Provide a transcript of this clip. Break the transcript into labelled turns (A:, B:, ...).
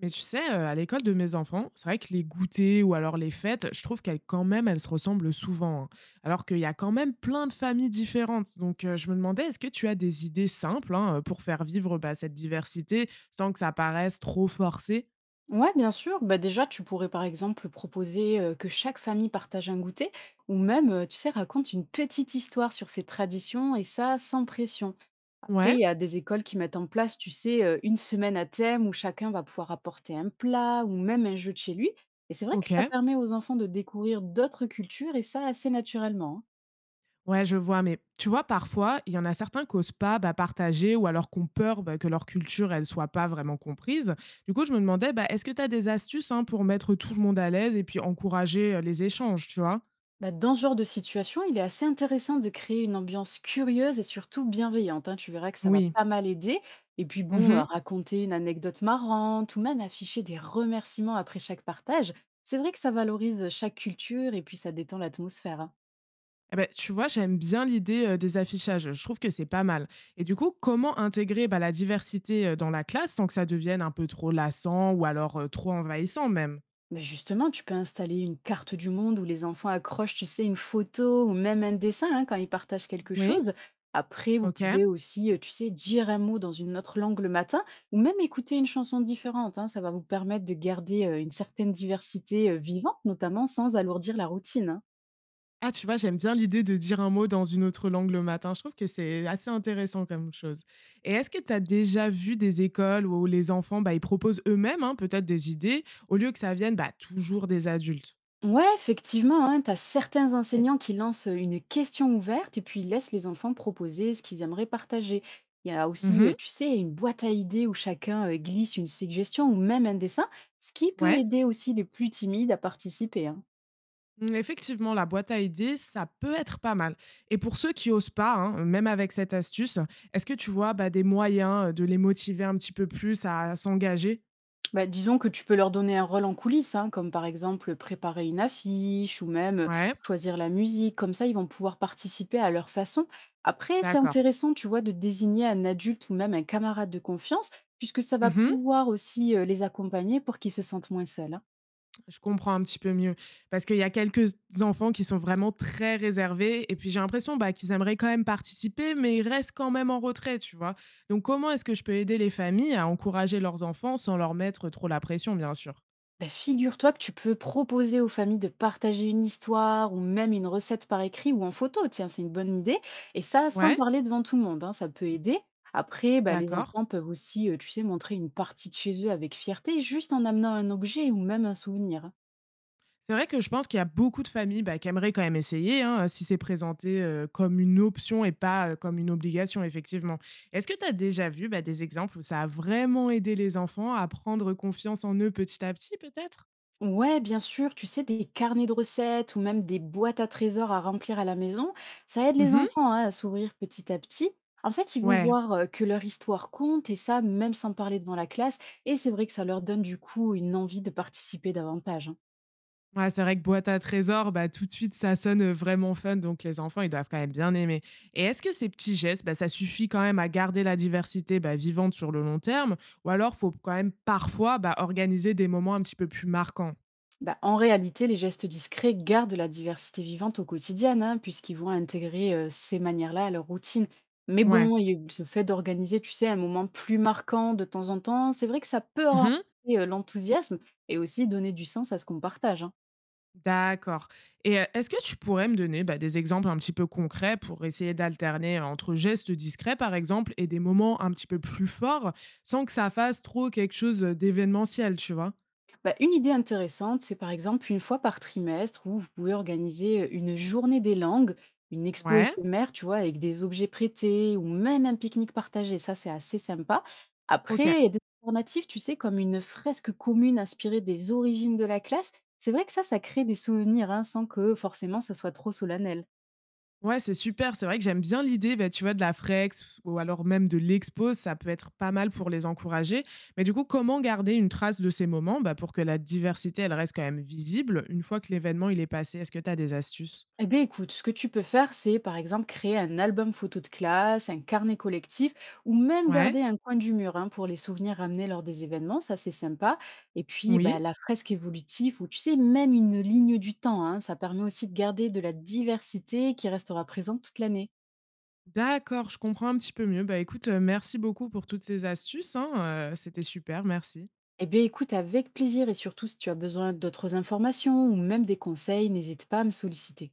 A: Mais tu sais, à l'école de mes enfants, c'est vrai que les goûters ou alors les fêtes, je trouve qu'elles quand même, elles se ressemblent souvent, hein. Alors qu'il y a quand même plein de familles différentes. Donc, je me demandais, est-ce que tu as des idées simples, hein, pour faire vivre, bah, cette diversité sans que ça paraisse trop forcé?
B: Ouais, bien sûr. Bah déjà, tu pourrais par exemple proposer que chaque famille partage un goûter ou même, tu sais, raconte une petite histoire sur ses traditions et ça sans pression. Après, il
A: Ouais,
B: y a des écoles qui mettent en place, tu sais, une semaine à thème où chacun va pouvoir apporter un plat ou même un jeu de chez lui. Et c'est vrai que ça
A: OK.
B: permet aux enfants de découvrir d'autres cultures et ça assez naturellement, hein.
A: Ouais, je vois, mais tu vois, parfois, il y en a certains qui qu'osent pas, bah, partager ou alors qu'on peur, bah, que leur culture, elle soit pas vraiment comprise. Du coup, je me demandais, bah, est-ce que tu as des astuces, hein, pour mettre tout le monde à l'aise et puis encourager, les échanges, tu vois?
B: Bah, dans ce genre de situation, il est assez intéressant de créer une ambiance curieuse et surtout bienveillante, hein. Tu verras que ça va
A: Oui.
B: pas mal aider. Et puis
A: Mmh
B: bon,
A: mh.
B: raconter une anecdote marrante ou même afficher des remerciements après chaque partage, c'est vrai que ça valorise chaque culture et puis ça détend l'atmosphère, hein.
A: Eh beh, tu vois, j'aime bien l'idée, des affichages, je trouve que c'est pas mal, et du coup, comment intégrer, bah, la diversité, dans la classe sans que ça devienne un peu trop lassant ou alors, trop envahissant même?
B: Mais justement, tu peux installer une carte du monde où les enfants accrochent, tu sais, une photo ou même un dessin hein, quand ils partagent quelque
A: Oui.
B: chose. Après, vous
A: OK.
B: pouvez aussi, tu sais, dire un mot dans une autre langue le matin ou même écouter une chanson différente, hein. Ça va vous permettre de garder une certaine diversité vivante, notamment sans alourdir la routine, hein.
A: Ah, tu vois, j'aime bien l'idée de dire un mot dans une autre langue le matin, je trouve que c'est assez intéressant comme chose, et est-ce que tu as déjà vu des écoles où les enfants, bah, ils proposent eux-mêmes, hein, peut-être des idées au lieu que ça vienne, bah, toujours des adultes?
B: Ouais, effectivement, hein, tu as certains enseignants qui lancent une question ouverte et puis ils laissent les enfants proposer ce qu'ils aimeraient partager. Il y a aussi,
A: Mmh.
B: tu sais, une boîte à idées où chacun glisse une suggestion ou même un dessin, ce qui peut
A: Ouais?
B: aider aussi les plus timides à participer, hein.
A: Mmh, effectivement, la boîte à idées, ça peut être pas mal. Et pour ceux qui osent pas, hein, même avec cette astuce, est-ce que tu vois, bah, des moyens, de les motiver un petit peu plus à s'engager?
B: Bah, disons que tu peux leur donner un rôle en coulisses, hein, comme par exemple préparer une affiche ou même
A: Ouais,
B: choisir la musique. Comme ça, ils vont pouvoir participer à leur façon. Après, c'est
A: d'accord.
B: intéressant, tu vois, de désigner un adulte ou même un camarade de confiance, puisque ça va
A: Mmh.
B: pouvoir aussi les accompagner pour qu'ils se sentent moins seuls, hein.
A: Je comprends un petit peu mieux. Parce qu'il y a quelques enfants qui sont vraiment très réservés et puis j'ai l'impression, bah, qu'ils aimeraient quand même participer, mais ils restent quand même en retrait, tu vois? Donc comment est-ce que je peux aider les familles à encourager leurs enfants sans leur mettre trop la pression, bien sûr?
B: Bah, figure-toi que tu peux proposer aux familles de partager une histoire ou même une recette par écrit ou en photo. Tiens, c'est une bonne idée. Et ça, sans
A: Ouais,
B: parler devant tout le monde, hein, ça peut aider. Après, bah, les
A: d'accord.
B: enfants peuvent aussi, tu sais, montrer une partie de chez eux avec fierté, juste en amenant un objet ou même un souvenir, hein.
A: C'est vrai que je pense qu'il y a beaucoup de familles, bah, qui aimeraient quand même essayer, hein, si c'est présenté, comme une option et pas, comme une obligation, effectivement. Est-ce que tu as déjà vu, bah, des exemples où ça a vraiment aidé les enfants à prendre confiance en eux petit à petit, peut-être?
B: Ouais, bien sûr, tu sais, des carnets de recettes ou même des boîtes à trésors à remplir à la maison, ça aide les
A: Mmh.
B: enfants hein, à s'ouvrir petit à petit. En fait, ils vont
A: Ouais.
B: voir que leur histoire compte et ça, même sans parler devant la classe. Et c'est vrai que ça leur donne du coup une envie de participer davantage, hein.
A: Ouais, c'est vrai que boîte à trésors, bah, tout de suite, ça sonne, vraiment fun, donc les enfants, ils doivent quand même bien aimer. Et est-ce que ces petits gestes, bah, ça suffit quand même à garder la diversité, bah, vivante sur le long terme? Ou alors faut quand même parfois, bah, organiser des moments un petit peu plus marquants?
B: Bah, en réalité, les gestes discrets gardent la diversité vivante au quotidien, hein, puisqu'ils vont intégrer ces manières-là à leur routine. Mais
A: Ouais.
B: bon, il y a eu ce fait d'organiser, tu sais, un moment plus marquant de temps en temps, c'est vrai que ça peut renforcer
A: Mmh.
B: l'enthousiasme et aussi donner du sens à ce qu'on partage, hein.
A: D'accord. Et est-ce que tu pourrais me donner, bah, des exemples un petit peu concrets pour essayer d'alterner entre gestes discrets, par exemple, et des moments un petit peu plus forts, sans que ça fasse trop quelque chose, d'événementiel, tu vois?
B: Bah, une idée intéressante, c'est par exemple une fois par trimestre où vous pouvez organiser une journée des langues, une expo
A: Ouais,
B: éphémère, tu vois, avec des objets prêtés ou même un pique-nique partagé. Ça, c'est assez sympa. Après,
A: OK.
B: il y a des alternatives, tu sais, comme une fresque commune inspirée des origines de la classe. C'est vrai que ça crée des souvenirs hein, sans que forcément ça soit trop solennel.
A: Ouais, c'est super, c'est vrai que j'aime bien l'idée, bah, tu vois, de la flex ou alors même de l'expo, ça peut être pas mal pour les encourager. Mais du coup, comment garder une trace de ces moments, bah, pour que la diversité, elle reste quand même visible une fois que l'événement, il est passé? Est-ce que tu as des astuces?
B: Eh bien, écoute, ce que tu peux faire, c'est par exemple créer un album photo de classe, un carnet collectif, ou même
A: Ouais,
B: garder un coin du mur hein, pour les souvenirs ramenés lors des événements, ça c'est sympa. Et puis, bah,
A: oui.
B: la fresque évolutive, ou tu sais, même une ligne du temps, hein, ça permet aussi de garder de la diversité qui restera présente toute l'année.
A: D'accord, je comprends un petit peu mieux. Bah, écoute, merci beaucoup pour toutes ces astuces, hein, c'était super, merci.
B: Eh bien, écoute, avec plaisir, et surtout si tu as besoin d'autres informations ou même des conseils, n'hésite pas à me solliciter.